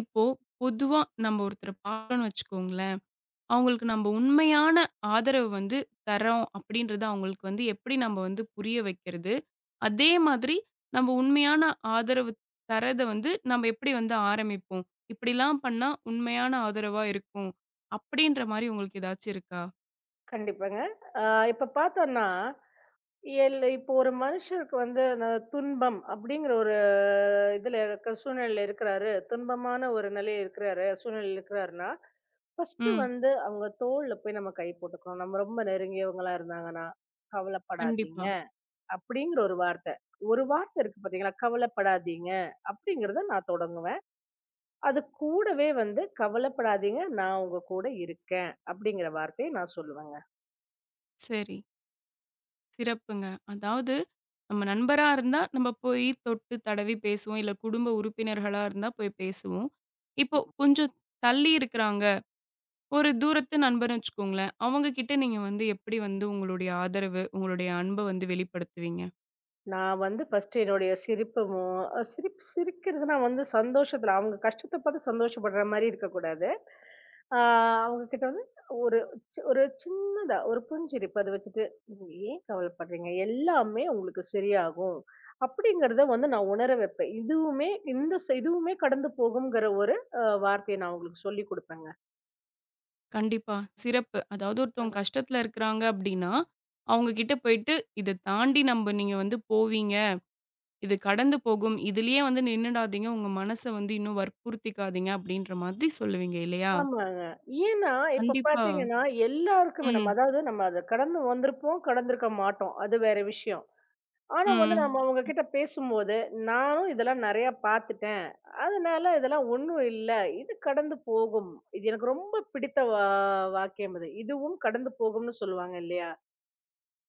இப்போ பொதுவா நம்ம ஒருத்தர பாக்கறோம்னு வச்சுக்கோங்களேன், அவங்களுக்கு நம்ம உண்மையான ஆதரவு வந்து தர்றோம் அப்படின்றத அவங்களுக்கு வந்து எப்படி நம்ம வந்து புரிய வைக்கிறது? அதே மாதிரி நம்ம உண்மையான ஆதரவு தர்றத வந்து நம்ம எப்படி வந்து ஆரம்பிப்போம்? இப்படிலாம் பண்ணா உண்மையான ஆதரவா இருக்கும். அப்படின்ற மாரி உங்களுக்கு ஏதாச்சும் இருக்கா? கண்டிப்பாங்க. அ இப்ப பார்த்தோம்னா, இப்போ ஒரு மனுஷருக்கு வந்து அந்த துன்பம் அப்படிங்கிற ஒரு இதுல இருக்க சூழ்நிலையில இருக்கிறாரு. துன்பமான ஒரு நிலையில இருக்கிறாரு, சூழ்நிலையில இருக்கிறாருன்னா, ஃபர்ஸ்ட்டு ம். வந்து அவங்க தோள்ல போய் நம்ம கை போட்டுக்கணும். நம்ம ரொம்ப நெருங்கியவங்களா இருந்தாங்கன்னா, "கவலைப்படாதீங்க" கண்டிப்பா. அப்படிங்கிற ஒரு வார்த்தை. ஒரு வார்த்தை இருக்கு பார்த்தீங்களா? "கவலைப்படாதீங்க" அப்படிங்கிறத நான் தொடங்குவேன். அது கூடவே வந்து "கவலைப்படாதீங்க, நான் உங்க கூட இருக்கேன்" அப்படிங்கிற வார்த்தைய நான் சொல்லுவேங்க. சரி. சிறப்புங்க. அதாவது நம்ம நண்பரா இருந்தா, நம்ம போய் தொட்டு தடவி பேசுவோம். இல்ல குடும்ப உறுப்பினர்களா இருந்தா போய் பேசுவோம். இப்போ கொஞ்சம் தள்ளி இருக்கிறாங்க. ஒரு தூரத்து நண்பர்ன்னு வச்சுக்கோங்களேன். அவங்க கிட்ட நீங்க வந்து எப்படி வந்து உங்களுடைய ஆதரவு, உங்களுடைய அன்ப வந்து வெளிப்படுத்துவீங்க? நான் வந்து ஃபர்ஸ்ட்டு என்னுடைய சிரிப்பு மு சிரிப் சிரிக்கிறது நான் வந்து சந்தோஷத்துல, அவங்க கஷ்டத்த பார்த்து சந்தோஷப்படுற மாரி இருக்கக்கூடாது. ஆ அவங்க கிட்ட வந்து ஒரு ஒரு சின்னதா ஒரு புஞ்சிரிப்பு அத வச்சுட்டு, "நீங்க ஏன் கவலைப்படுறீங்க? எல்லாமே உங்களுக்கு சரியாகும்." அப்படிங்கிறத வந்து நான் உணர வைப்பேன். இதுவுமே இந்த ச இதுவுமே கடந்து போகும்ங்கிற ஒரு வார்த்தைய நான் அவங்களுக்கு சொல்லிக் குடுப்பேங்க. கண்டிப்பா. சிறப்பு. அதாவது ஒருத்தவங்க கஷ்டத்துல இருக்கிறாங்க அப்படின்னா, அவங்க கிட்ட போயிட்டு இத தாண்டி நம்ம நீங்க வந்து போவீங்க. இது கடந்து போகும். இதுலயே வந்து நின்னுடாதீங்க. உங்க மனச வந்து இன்னும் வற்புறுத்திக்காதீங்க அப்படின்ற மாதிரி சொல்லுவீங்க இல்லையா? ஆமாங்க. ஏன்னா, இப்ப கண்டிப்பா. பார்த்தீங்கன்னா, எல்லாருக்குமே நம்ம ம், அதாவது நம்ம அத கடந்து வந்திருப்போம், கடந்திருக்க மாட்டோம். அது வேற விஷயம். ஆனா வந்து ம். நம்ம அவங்ககிட்ட பேசும்போது, நானும் இதெல்லாம் நெறைய பார்த்துட்டேன். அதனால இதெல்லாம் ஒண்ணும் இல்ல. இது கடந்து போகும். இது எனக்கு ரொம்ப பிடித்த வாக்கியம் அது. இதுவும் கடந்து போகும்னு சொல்லுவாங்க இல்லையா?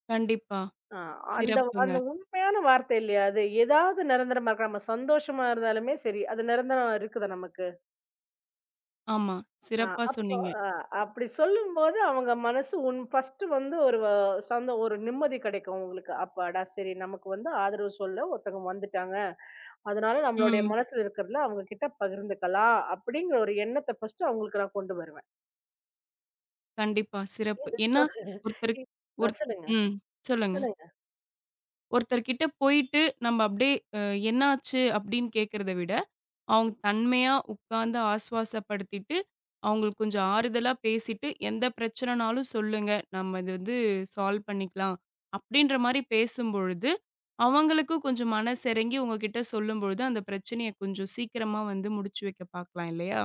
கண்டிப்பா. ஆ அந்த சிறப்புங்க. அந்த உண்மையான வார்த்தை இல்லையா அது? ஏதாவது நிரந்தரமா இருக்கா? நம்ம சந்தோஷமா இருந்தாலுமே சரி, அது நிரந்தரம் இருக்குதா நமக்கு? ஆமா. ஆ சிறப்பா அப்போ சொன்னீங்க. அப்படி சொல்லும்போது அவங்க மனசு உன் ஃபர்ஸ்ட் வந்து ஒரு வ சந்த ஒரு நிம்மதி கெடைக்கும் உங்களுக்கு. அப்பாடா! சரி நமக்கு வந்து ஆதரவு சொல்ல ஒருத்தவங்க வந்துட்டாங்க. அதனால நம்மளுடைய ம். மனசுல இருக்கிறதுல அவங்க கிட்ட பகிர்ந்துக்கலாம் அப்படிங்கிற ஒரு எண்ணத்த ஃபர்ஸ்ட்டு அவங்களுக்கு நான் கொண்டு வருவேன். கண்டிப்பா. சிறப்பு. ஏன்னா, எதுக்காக ஒருத்தரு இ அ ஒர் சொல்லுங்க, ம். சொல்லுங்க. சொல்லுங்க. ஒருத்தர்கிட்ட போயிட்டு, நம்ம அப்படியே அ "என்னாச்சு?" அப்படின்னு கேட்கிறத விட, அவங்க தன்மையா உட்கார்ந்து ஆசுவாசப்படுத்திட்டு, அவங்களுக்கு கொஞ்சம் ஆறுதலா பேசிட்டு, "எந்த பிரச்சனைனாலும் சொல்லுங்க. நம்ம இது வந்து சால்வ் பண்ணிக்கலாம்." அப்படின்ற மாரி பேசும்பொழுது, அவங்களுக்கும் கொஞ்சம் மனசிறங்கி உங்ககிட்ட சொல்லும்பொழுது, அந்த பிரச்சனைய கொஞ்சம் சீக்கிரமா வந்து முடிச்சு வைக்க பார்க்கலாம் இல்லையா?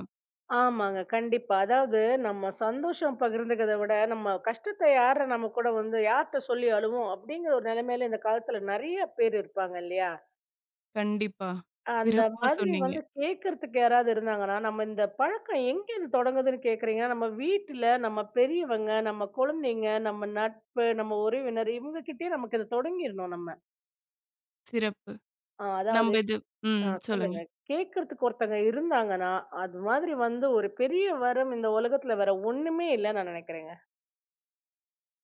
ஆமாங்க. கண்டிப்பா. அதாவது நம்ம சந்தோஷம் பகிர்ந்துக்கிறத விட, நம்ம கஷ்டத்த யார நம்ம கூட வந்து யார்ட்ட சொல்லி அழுவோம் அப்படிங்கிற ஒரு நிலைமையில இந்த காலத்துல நெறைய பேர் இருப்பாங்க இல்லையா? கண்டிப்பா. அந்த சிறப்பா மாதிரி சொன்னீங்க. வந்து கேட்கறதுக்கு யாராவது இருந்தாங்கன்னா, நம்ம இந்த பழக்கம் எங்கேருந்து தொடங்குதுன்னு கேட்குறீங்கன்னா, நம்ம வீட்ல நம்ம பெரியவங்க, நம்ம குழந்தைங்க, நம்ம நட்பு, நம்ம உறவினர் இவங்ககிட்டயே நமக்கு இத தொடங்கிடணும் நம்ம. சிறப்பு. அதாவது நம்ப இது ம். சொல்லுங்க. சொல்லுங்க. கேட்கறதுக்கு ஒருத்தங்க இருந்தாங்கன்னா, அது மாதிரி வந்து ஒரு பெரிய வரம் இந்த உலகத்துல வேற ஒண்ணுமே இல்லன்னு நான் நினைக்கிறேங்க.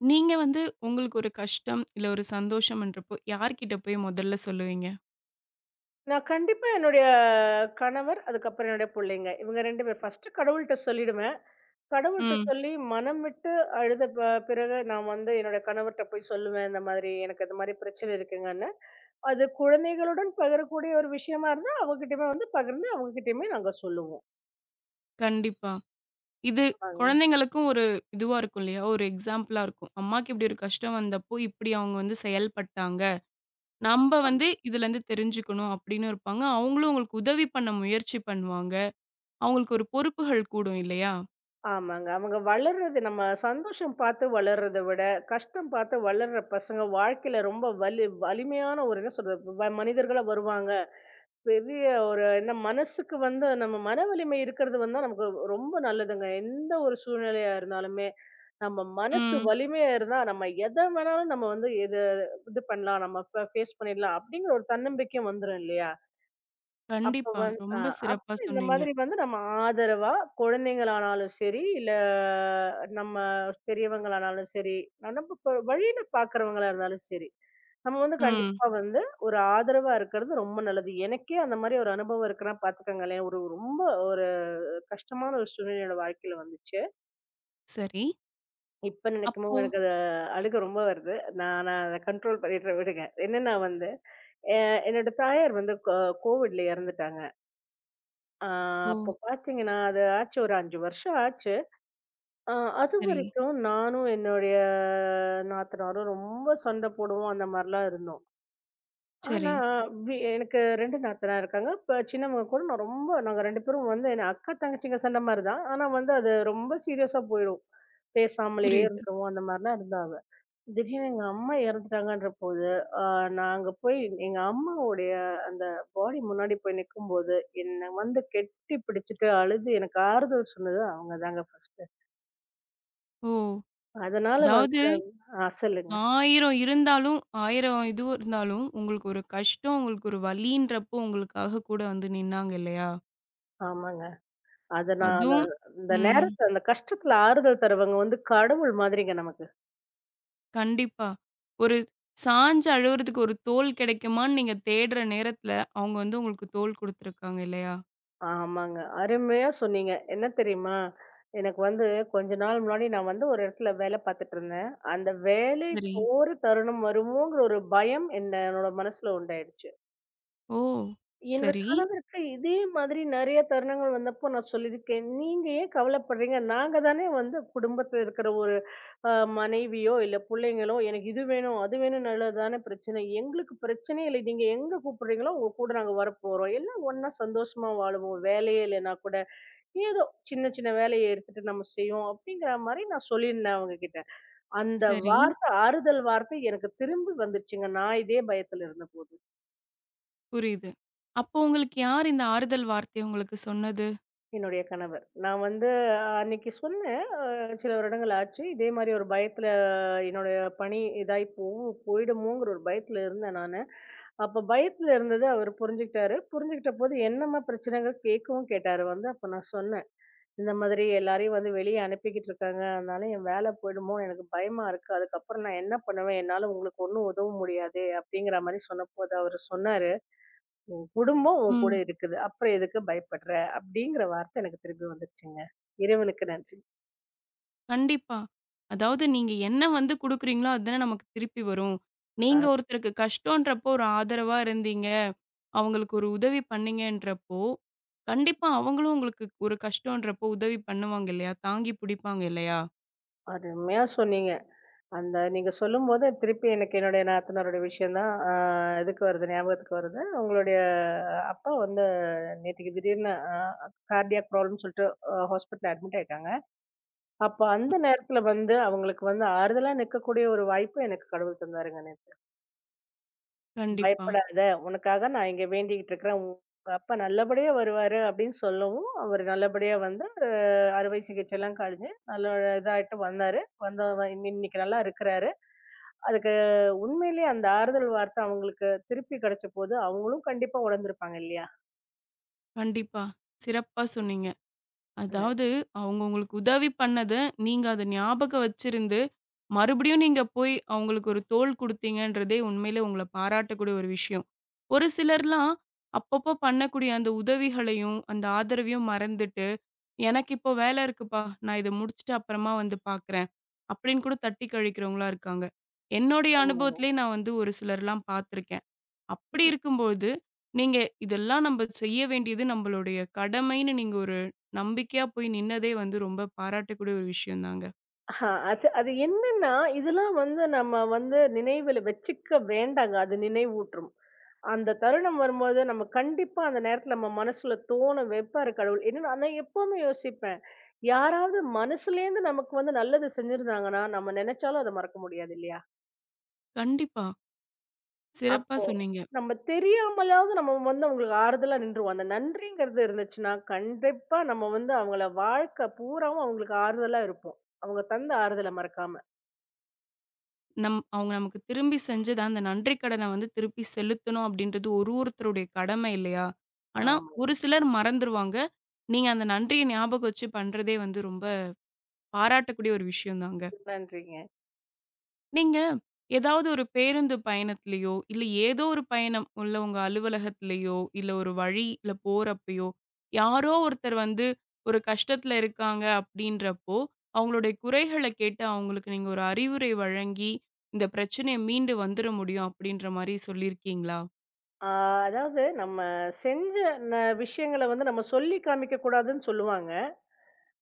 நீங்க வந்து உங்களுக்கு ஒரு கஷ்டம், இல்ல ஒரு சந்தோஷம்ன்றப்போ, யார்கிட்ட போய் முதல்ல சொல்லுவீங்க? நான் கண்டிப்பா என்னுடைய கணவர், அதுக்கப்புறம் என்னுடைய புள்ளைங்க. இவங்க 2 பேர் ஃபர்ஸ்ட்டு கடவுள்ட்ட சொல்லிடுவேன். கடவுள்ட்ட ம். சொல்லி மனம் விட்டு அழுத ப பிறகு நான் வந்து என்னோட கணவர்ட்ட போய் சொல்லுவேன். இந்த மாதிரி எனக்கு இந்த மாதிரி பிரச்சனை இருக்குங்கன்னு. அது குழந்தைகளுடன் பகிரக்கூடிய ஒரு விஷயமா இருந்தா, அவகிட்டயுமே வந்து பகிர்ந்து அவங்ககிட்டயுமே நாங்க சொல்லுவோம். கண்டிப்பா. இது ஆமாங்க. குழந்தைங்களுக்கும் ஒரு இதுவா இருக்கும் இல்லையா? ஒரு எக்ஸாம்பிளா இருக்கும். அம்மாக்கு இப்படி ஒரு கஷ்டம் வந்தப்போ, இப்படி அவங்க வந்து செயல்பட்டாங்க. நம்ப ஆமா. வந்து இதுலருந்து தெரிஞ்சுக்கணும் அப்படின்னு இருப்பாங்க. அவங்களும் உங்களுக்கு உதவி பண்ண முயற்சி பண்ணுவாங்க. அவங்களுக்கு ஒரு பொறுப்புகள் கூடும் இல்லையா? ஆமாங்க. அவங்க வளர்றது நம்ம சந்தோஷம் பார்த்து வளர்றத விட, கஷ்டம் பார்த்து வளர்ற பசங்க வாழ்க்கையில ரொம்ப வலிமையான ஒரு என்ன சொல்றது? மனிதர்களா வருவாங்க. பெரிய ஒரு என்ன மனசுக்கு வந்து நம்ம மன வலிமை இருக்கிறது வந்தா நமக்கு ரொம்ப நல்லதுங்க. எந்த ஒரு சூழ்நிலையா இருந்தாலுமே, நம்ம மனசு ம். வலிமையா இருந்தா, நம்ம எத வேணாலும் நம்ம வந்து எது இது பண்ணலாம். நம்ம ஃபேஸ் பண்ணிடலாம். அப்படிங்கிற ஒரு தன்னம்பிக்கையும் வந்துரும் இல்லையா? அப்ப கண்டிப்பா. வந்து ரொம்ப சிறப்பா அப்ப இந்த சொன்னீங்க. மாதிரி வந்து நம்ம ஆதரவா குழந்தைங்களானாலும் சரி, இல்ல நம்ம பெரியவங்களானாலும் சரி, நம்ம இப்ப வழியில பாக்குறவங்களா இருந்தாலும் சரி, நம்ம வந்து ம். கண்டிப்பா வந்து ஒரு ஆதரவா இருக்கிறது ரொம்ப நல்லது. எனக்கே அந்த மாதிரி ஒரு அனுபவம் இருக்குன்னா பாத்துக்கங்களேன். ஒரு ரொம்ப ஒரு கஷ்டமான ஒரு சூழ்நிலை என்னோட வாழ்க்கையில வந்துச்சு. சரி. இப்ப நினைக்கும் அப்போ போது எனக்கு அது அழுகை ரொம்ப வருது. நான் நான் அத கண்ட்ரோல் பண்ணிடுறேன் விடுங்க. என்னன்னா வந்து, அ என்னோட தாயார் வந்து கோவிட்ல இறந்துட்டாங்க. ஆ ஓ! அப்ப பார்த்தீங்கன்னா, அது ஆச்சு ஒரு 5 வருஷம் ஆச்சு. அ சரி, அதுவரைக்கும் நானும் என்னுடைய நாத்தனாரும் ரொம்ப சண்டை போடுவோம். அந்த மாரிலாம் இருந்தோம். ஆனா, சரி. எனக்கு 2 நாத்தனார் இருக்காங்க. இப்ப சின்னவங்க கூட நான் ரொம்ப நாங்க 2 பேரும் வந்து என்ன அக்கா, தங்கச்சிங்க சண்ட மாரி தான். ஆனா வந்து அது ரொம்ப சீரியஸா போயிடும். பேசாமலேயே புரியுது. இருந்துருவோம். அந்த மாரிலாம் இருந்தாங்க. திடீர்னு எங்க அம்மா இறந்துட்டாங்கன்ற போது, அ நான் அங்க போய் எங்க அம்மாவுடைய அந்த பாடி முன்னாடி போய் நிக்கும்போது, என்ன வந்து கெட்டி பிடிச்சுட்டு அழுது எனக்கு ஆறுதல் சொன்னது அவங்க தாங்க ஃபர்ஸ்ட்டு. ஓ! அதனால அதாவது வந்து சொல்லுங்க. 1000 இருந்தாலும் 1000 இது இருந்தாலும், உங்களுக்கு ஒரு கஷ்டம், உங்களுக்கு ஒரு வலின்றப்போ உங்களுக்காக கூட வந்து நின்னாங்க இல்லையா? ஆமாங்க. அத நான் அந்த அதுவும் அந்த ம். நேரத்துல அந்த கஷ்டத்துல ஆறுதல் தருவங்க வந்து கடவுள் மாதிரிங்க நமக்கு. கண்டிப்பா. ஒரு சாஞ்சு அழுவுறதுக்கு ஒரு தோள் கிடைக்குமான்னு நீங்க தேடுற நேரத்துல, அவங்க வந்து உங்களுக்கு தோள் குடுத்துருக்காங்க இல்லையா? ஆமாங்க. அருமையா சொன்னீங்க. என்ன தெரியுமா? எனக்கு வந்து கொஞ்ச நாள் முன்னாடி நான் வந்து ஒரு இடத்துல வேலை பார்த்துட்டு இருந்தேன். அந்த வேலை சரி. போற தருணம் வருமோங்கிற ஒரு பயம் என்னோட மனசுல உண்டாயிடுச்சு. ஓ! என்னோட சரி, கணவருக்கு இதே மாதிரி நெறைய தருணங்கள் வந்தப்போ நான் சொல்லியிருக்கேன். நீங்க ஏன் கவலைப்படுறீங்க? நாங்க தானே வந்து குடும்பத்துல இருக்கிற ஒரு அ மனைவியோ, இல்ல புள்ளைங்களோ, எனக்கு இது வேணும், அது வேணும்னால தானே பிரச்சனை. எங்களுக்கு பிரச்சனையே இல்லை. நீங்க எங்க கூப்பிடுறீங்களோ உங்க கூட நாங்க வரப்போறோம். எல்லாம் ஒண்ணா சந்தோஷமா வாழுவோம். வேலையே இல்லைன்னா கூட, ஏதோ சின்ன சின்ன வேலையை எடுத்துட்டு நம்ம செய்வோம் அப்படிங்கிற மாரி நான் சொல்லியிருந்தேன் அவங்ககிட்ட. அந்த சரி. வார்த்தை ஆறுதல் வார்த்தை எனக்கு திரும்பி வந்துச்சுங்க. நான் இதே பயத்துல இருந்தபோது. புரியுது. அப்போ உங்களுக்கு யார் இந்த ஆறுதல் வார்த்தைய உங்களுக்கு சொன்னது? என்னுடைய கணவர். நான் வந்து அன்னைக்கு சொன்னேன். சில வருடங்கள் ஆச்சு. இதே மாரி ஒரு பயத்துல என்னுடைய பணி இதாயி போவும் போயிடுமோங்கிற ஒரு பயத்துல இருந்தேன் நானு. அப்ப பயத்துல இருந்தது அவரு புரிஞ்சுக்கிட்டாரு. புரிஞ்சுக்கிட்ட போது என்னம்மா பிரச்சனைகள் கேட்கவும் கேட்டாரு வந்து. அப்ப நான் சொன்னேன். இந்த மாதிரி எல்லாரையும் வந்து வெளிய அனுப்பிக்கிட்டு இருக்காங்க. அதனால என் வேலை போயிடுமோ! எனக்கு பயமா இருக்கு. அதுக்கப்புறம் நான் என்ன பண்ணுவேன்? என்னால உங்களுக்கு ஒண்ணும் உதவ முடியாது. அப்படிங்கிற மாரி சொன்னபோது அவரு சொன்னாரு. குடும்பம் உன் கூட ம். இருக்குது. அப்புறம் எதுக்கு பயப்படுற? அப்படிங்கிற வார்த்தை எனக்கு திரும்பி வந்துருச்சுங்க. இறைவனுக்கு நன்றி. கண்டிப்பா. அதாவது நீங்க என்ன வந்து குடுக்குறீங்களோ, அதுதானே நமக்கு திருப்பி வரும். அ நீங்க ஒருத்தருக்கு கஷ்டன்றப்போ ஒரு ஆதரவா இருந்தீங்க. அவங்களுக்கு ஒரு உதவி பண்ணீங்கன்றப்போ, கண்டிப்பா அவங்களும் உங்களுக்கு ஒரு கஷ்டன்றப்போ உதவி பண்ணுவாங்க இல்லையா? தாங்கி பிடிப்பாங்க இல்லையா? அருமையா சொன்னீங்க. அந்த நீங்க சொல்லும்போது திருப்பி எனக்கு என்னுடைய நாத்தனாரோட விஷயம் தான் இதுக்கு வருது, ஞாபகத்துக்கு வருது. உங்களுடைய அப்பா வந்து நேத்திக்கு திடீர்னு கார்டியாக் ப்ராப்ளம்னு சொல்லிட்டு ஹாஸ்பிட்டல்ல அட்மிட் ஆயிட்டாங்க. அப்ப அந்த நேரத்துல வந்து அவங்களுக்கு வந்து ஆறுதலா நிக்கக்கூடிய ஒரு வாய்ப்பு எனக்கு கடவுள் தந்தாருங்க நேத்து. கண்டிப்பா, பயப்படாத! உனக்காக நான் இங்க வேண்டிக்கிட்டு இருக்கிறேன். உங்க அப்பா நல்லபடியா வருவாரு அப்படின்னு சொல்லவும், அவரு நல்லபடியா வந்து அறுவை சிகிச்சைலாம் கழிஞ்சு, நல்ல இதாயிட்டு வந்தாரு. வந்து இன்னைக்கு நல்லா இருக்கிறாரு. அதுக்கு உண்மையிலேயே அந்த ஆறுதல் வார்த்தை அவங்களுக்கு திருப்பி கிடைச்சபோது, அவங்களும் கண்டிப்பா உணர்ந்திருப்பாங்க இல்லையா? கண்டிப்பா. சிறப்பா சொன்னீங்க. அந்த- அதாவது, அவங்க உங்களுக்கு உதவி பண்ணது, நீங்க அத ஞாபகம் வச்சிருந்து, மறுபடியும் நீங்க போய் அவங்களுக்கு ஒரு தோள் குடுத்தீங்கன்றதே உண்மையிலே உங்கள பாராட்டக்கூடிய ஒரு விஷயம். ஒரு சிலர்லாம் அப்பப்போ பண்ணக்கூடிய அந்த உதவிகளையும், அந்த ஆதரவையும் மறந்துட்டு, "எனக்கு இப்போ வேல இருக்குப்பா. நான் இத முடிச்சுட்டு அப்புறமா வந்து பார்க்குறேன்." அப்படின்னு கூட தட்டி கழிக்கிறவங்களா இருக்காங்க. என்னுடைய ஆமாங்க. அனுபவத்திலேயே நான் வந்து ஒரு சிலர்லாம் பார்த்துருக்கேன். அப்படி இருக்கும்போது, நீங்க இதெல்லாம் நம்ப செய்ய வேண்டியது நம்பளுடைய கடமைன்னு நீங்க ஒரு நம்பிக்கையா போய் நின்னதே வந்து ரொம்ப பாராட்டக்கூடிய ஒரு விஷயம் தாங்க. ஆஹா, அது அது என்னன்னா, இதெல்லாம் வந்து நம்ம வந்து நினைவுல வச்சுக்க வேண்டாங்க. அது நினைவூட்டும். அந்த தருணம் வரும்போது, நம்ம கண்டிப்பா அந்த நேரத்துல நம்ம மனசுல தோணும் வைப்பாரு கடவுள். என்னன்னா நான் எப்பவுமே யோசிப்பேன். யாராவது மனசுலேருந்து நமக்கு வந்து நல்லது செஞ்சிருந்தாங்கன்னா, நம்ம நெனச்சாலும் அத மறக்க முடியாது இல்லையா? கண்டிப்பா. சிறப்பா அப்போ சொன்னீங்க. நம்ம தெரியாமலாவது நம்ம வந்து அவங்களுக்கு ஆறுதலா நின்றுவோம். அந்த நன்றிங்கிறது இருந்துச்சுன்னா, கண்டிப்பா நம்ம வந்து அவங்கள வாழ்க்கை பூராவும் அவங்களுக்கு ஆறுதலா இருப்போம். அவங்க தந்த ஆறுதல மறக்காம. நம் அவங்க நமக்கு திரும்பி செஞ்சது அந்த நன்றி கடன வந்து திருப்பி செலுத்தணும் அப்படின்றது ஒரு ஒருத்தருடைய கடமை இல்லையா? ஆனா, ஆமா. ஒரு சிலர் மறந்துருவாங்க. நீங்க அந்த நன்றிய ஞாபகம் வச்சு பண்றதே வந்து ரொம்ப பாராட்டக்கூடிய ஒரு விஷயம் தாங்க. நன்றிங்க. நீங்க ஏதாவது ஒரு பேருந்து பயணத்திலயோ, இல்ல ஏதோ ஒரு பயணம், இல்ல உங்க அலுவலகத்திலயோ, இல்ல ஒரு வழியில போறப்பயோ, யாரோ ஒருத்தர் வந்து ஒரு கஷ்டத்துல இருக்காங்க அப்படின்றப்போ, அவங்களுடைய குறைகள கேட்டு அவங்களுக்கு நீங்க ஒரு அறிவுரை வழங்கி, இந்த பிரச்சனைய மீண்டு வந்துர முடியும் அப்படின்ற மாரி சொல்லியிருக்கீங்களா? ஆ அதாவது நம்ம செஞ்ச ந விஷயங்கள வந்து நம்ம சொல்லி காமிக்க கூடாதுன்னு சொல்லுவாங்க.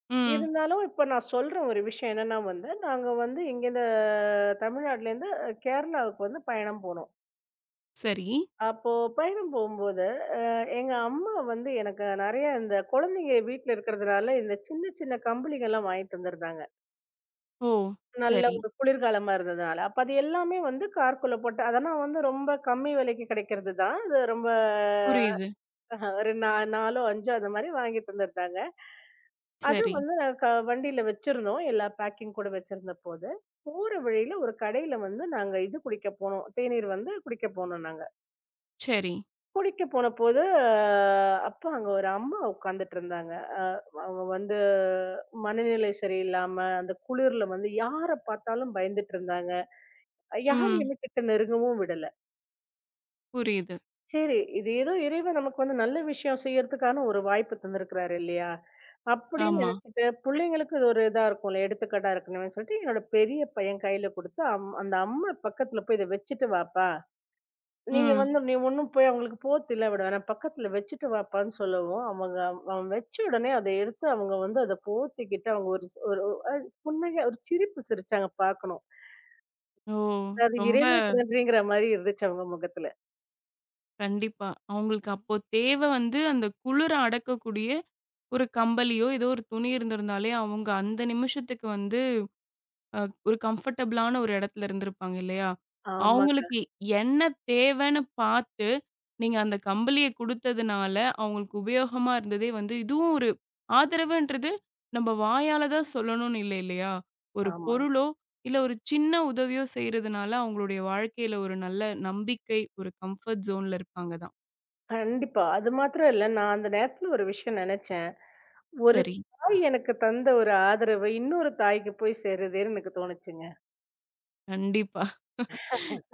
ம். இருந்தாலும் இப்ப நான் சொல்ற ஒரு விஷயம் என்னன்னா வந்து, நாங்க வந்து இங்கேருந்து தமிழ்நாட்டுலேருந்து கேரளாவுக்கு வந்து பயணம் போனோம். சரி. அப்போ பயணம் போகும்போது, எங்க அம்மா வந்து எனக்கு நெறைய இந்த குழந்தைங்க வீட்ல இருக்கிறதுனால, இந்த சின்ன சின்ன கம்பளிங்கலாம் வாங்கி தந்திருந்தாங்க. ஓ! நல்ல சரி. ஒரு குளிர்காலமா இருந்ததுனால. அப்ப அது எல்லாமே வந்து கார்க்குள்ள போட்டு அதெல்லாம் வந்து ரொம்ப கம்மி விலைக்கு கிடைக்கிறது தான். அது ரொம்ப புரியுது. ஆஹா, ஒரு நாலோ, அஞ்சோ அந்த மாரி வாங்கி தந்துருந்தாங்க. அதுவும் சரி, வந்து நாங்க வண்டியில வச்சிருந்தோம். எல்லா பேக்கிங் கூட வச்சிருந்தபோது, போற வழியில ஒரு கடையில வந்து நாங்க இது குடிக்க போனோம். தேநீர் வந்து குடிக்க போனோம் நாங்க. சரி. குடிக்க போனபோது, அப்ப அங்க ஒரு அம்மா உட்கார்ந்துட்டுருந்தாங்க. அ அவங்க வந்து மனநிலை சரியில்லாம, அந்த குளிர்ல வந்து யார பார்த்தாலும் பயந்துட்டுருந்தாங்க. ம். யாரையுமே கிட்ட நெருங்கவும் விடல. புரியுது. சரி. இது ஏதோ இறைவன் நமக்கு வந்து நல்ல விஷயம் செய்யறதுக்கான ஒரு வாய்ப்பு தந்திருக்கிறாரு இல்லையா? அப்படின்னு ஆமா. நினைச்சுட்டு, புள்ளைங்களுக்கு இது ஒரு இதா இருக்கும்ல, எடுத்துக்காட்டா இருக்கணும்னு சொல்லிட்டு, என்னோட பெரிய பையன் கையில குடுத்து, அந்த அம்மா பக்கத்துல போய் இத வச்சுட்டு வாப்பா. நீங்க ம். வந்து நீ ஒண்ணும் போய் அவங்களுக்கு போர்த்துலாம் விட வேணாம். பக்கத்துல வச்சுட்டு வாப்பான்னு சொல்லவும், அவன் வச்ச உடனே அத எடுத்து அவங்க வந்து அத போர்த்திக்கிட்டு, அவங்க ஒரு அ புன்னகை ஒரு சிரிப்பு சிரிச்சாங்க பாக்கணும். ஓ! அதாவது ரொம்ப இறைவனுக்கு நன்றிங்கிற மாரி இருந்துச்சு அவங்க முகத்துல. கண்டிப்பா. அவங்களுக்கு அப்போ தேவ வந்து அந்த குளிர அடக்கக்கூடிய ஒரு கம்பளியோ, ஏதோ ஒரு துணி இருந்திருந்தாலே, அவங்க அந்த நிமிஷத்துக்கு வந்து அ ஒரு கம்ஃபர்டபுளான ஒரு இடத்துல இருந்திருப்பாங்க இல்லையா? ஆமாங்க. அவங்களுக்கு என்ன தேவைன்னு பார்த்து, நீங்க அந்த கம்பளிய குடுத்ததுனால, அவங்களுக்கு உபயோகமா இருந்ததே வந்து இதுவும் ஒரு ஆதரவுன்றது நம்ம வாயால தான் சொல்லணும்னு இல்ல இல்லையா? ஒரு ஆமா. பொருளோ, இல்ல ஒரு சின்ன உதவியோ செய்றதுனால, அவங்களுடைய வாழ்க்கையில ஒரு நல்ல நம்பிக்கை, ஒரு கம்ஃபர்ட் ஜோன்ல இருப்பாங்க தான். கண்டிப்பா. அது மாத்திரம் இல்ல. நான் அந்த நேரத்துல ஒரு விஷயம் நெனச்சேன். ஒரு சரி. தாய் எனக்கு தந்த ஒரு ஆதரவு, இன்னொரு தாய்க்கு போய் சேருதேன்னு எனக்கு தோணுச்சுங்க. கண்டிப்பா.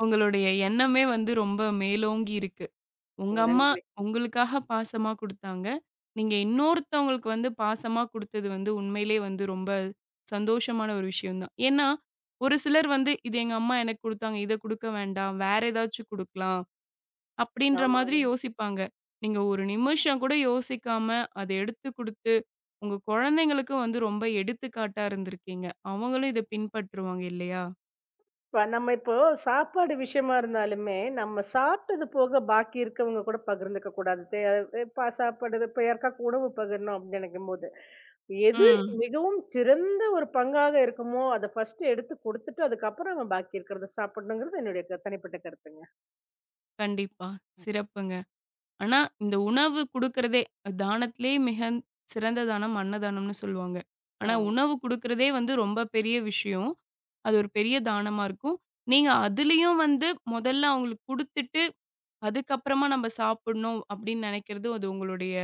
உங்களுடைய எண்ணமே வந்து ரொம்ப மேலோங்கி இருக்கு. உங்க அம்மா நன்றி. உங்களுக்காக பாசமா குடுத்தாங்க. நீங்க இன்னொருத்தவங்களுக்கு வந்து பாசமா குடுத்தது வந்து உண்மையிலே வந்து ரொம்ப சந்தோஷமான ஒரு விஷயம் தான். ஏன்னா, ஒரு சிலர் வந்து இது எங்க அம்மா எனக்கு குடுத்தாங்க. இத குடுக்க வேண்டாம். வேற ஏதாச்சும் குடுக்கலாம். அப்படின்ற மாதிரி ஆமாங்க. யோசிப்பாங்க. நீங்க ஒரு நிமிஷம் கூட யோசிக்காம அத எடுத்து குடுத்து, உங்க குழந்தைங்களுக்கும் வந்து ரொம்ப எடுத்துக்காட்டா இருந்திருக்கீங்க. அவங்களும் இத பின்பற்றுவாங்க இல்லையா? இப்ப நம்ம இப்போ சாப்பாடு விஷயமா இருந்தாலுமே, நம்ம சாப்பிட்டது போக பாக்கி இருக்கவங்க கூட பகிர்ந்துக்க கூடாது. இப்ப சாப்பாடு இப்ப யாருக்காக்கு உணவு பகிரணும் அப்படின்னு நினைக்கும்போது, எது ம். மிகவும் சிறந்த ஒரு பங்காக இருக்குமோ, அத ஃபர்ஸ்ட் எடுத்து குடுத்துட்டு, அதுக்கப்புறம் அவன் பாக்கி இருக்கிறத சாப்பிடணுங்கிறது என்னுடைய தனிப்பட்ட கருத்துங்க. கண்டிப்பா. சிறப்புங்க. ஆனா, இந்த உணவு குடுக்குறதே தானத்திலே மிக சிறந்த தானம் அன்னதானம்னு சொல்லுவாங்க. ஆனா, ஆமா. உணவு குடுக்குறதே வந்து ரொம்ப பெரிய விஷயம். அது ஒரு பெரிய தானமா இருக்கும். நீங்க அதிலயும் வந்து முதல்ல அவங்களுக்கு குடுத்துட்டு, அதுக்கப்புறமா நம்ம சாப்பிடணும் அப்படின்னு நெனைக்கிறது, அது உங்களுடைய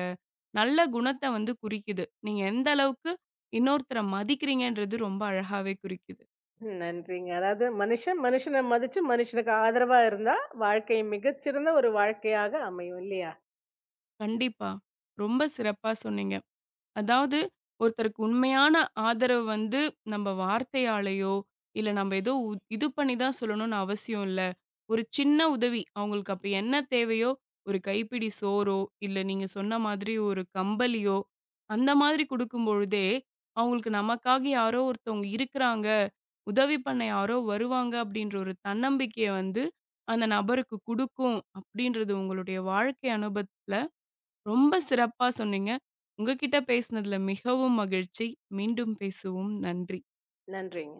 நல்ல குணத்த வந்து குறிக்குது. நீங்க எந்த அளவுக்கு இன்னொருத்தர மதிக்கிறீங்கன்றது ரொம்ப அழகாவே குறிக்குது. ம். நன்றிங்க. அதாவது மனுஷன் மனுஷன மதிச்சு, மனுஷனுக்கு ஆதரவா இருந்தா, வாழ்க்கை மிகச்சிறந்த ஒரு வாழ்க்கையாக அமையும் இல்லையா? கண்டிப்பா. ரொம்ப சிறப்பா சொன்னீங்க. அதாவது, ஒருத்தருக்கு உண்மையான ஆதரவு வந்து நம்ம வார்த்தையாலயோ, இல்ல நம்ம ஏதோ இது பண்ணி தான் சொல்லணும்னு அவசியம் இல்ல. ஒரு சின்ன உதவி, அவங்களுக்கு அப்ப என்ன தேவையோ, ஒரு கைப்பிடி சோறோ, இல்ல நீங்க சொன்ன மாதிரி ஒரு கம்பளியோ, அந்த மாதிரி குடுக்கும் பொழுதே, அவங்களுக்கு நமக்காக யாரோ ஒருத்தவங்க இருக்கிறாங்க, உதவி பண்ண யாரோ வருவாங்க அப்படின்ற ஒரு தன்னம்பிக்கைய வந்து, அந்த நபருக்கு குடுக்கும் அப்படின்றது உங்களுடைய வாழ்க்கை அனுபவத்துல ரொம்ப சிறப்பா சொன்னீங்க. உங்ககிட்ட பேசினதுல மிகவும் மகிழ்ச்சி. மீண்டும் பேசுவோம். நன்றி. நன்றிங்க.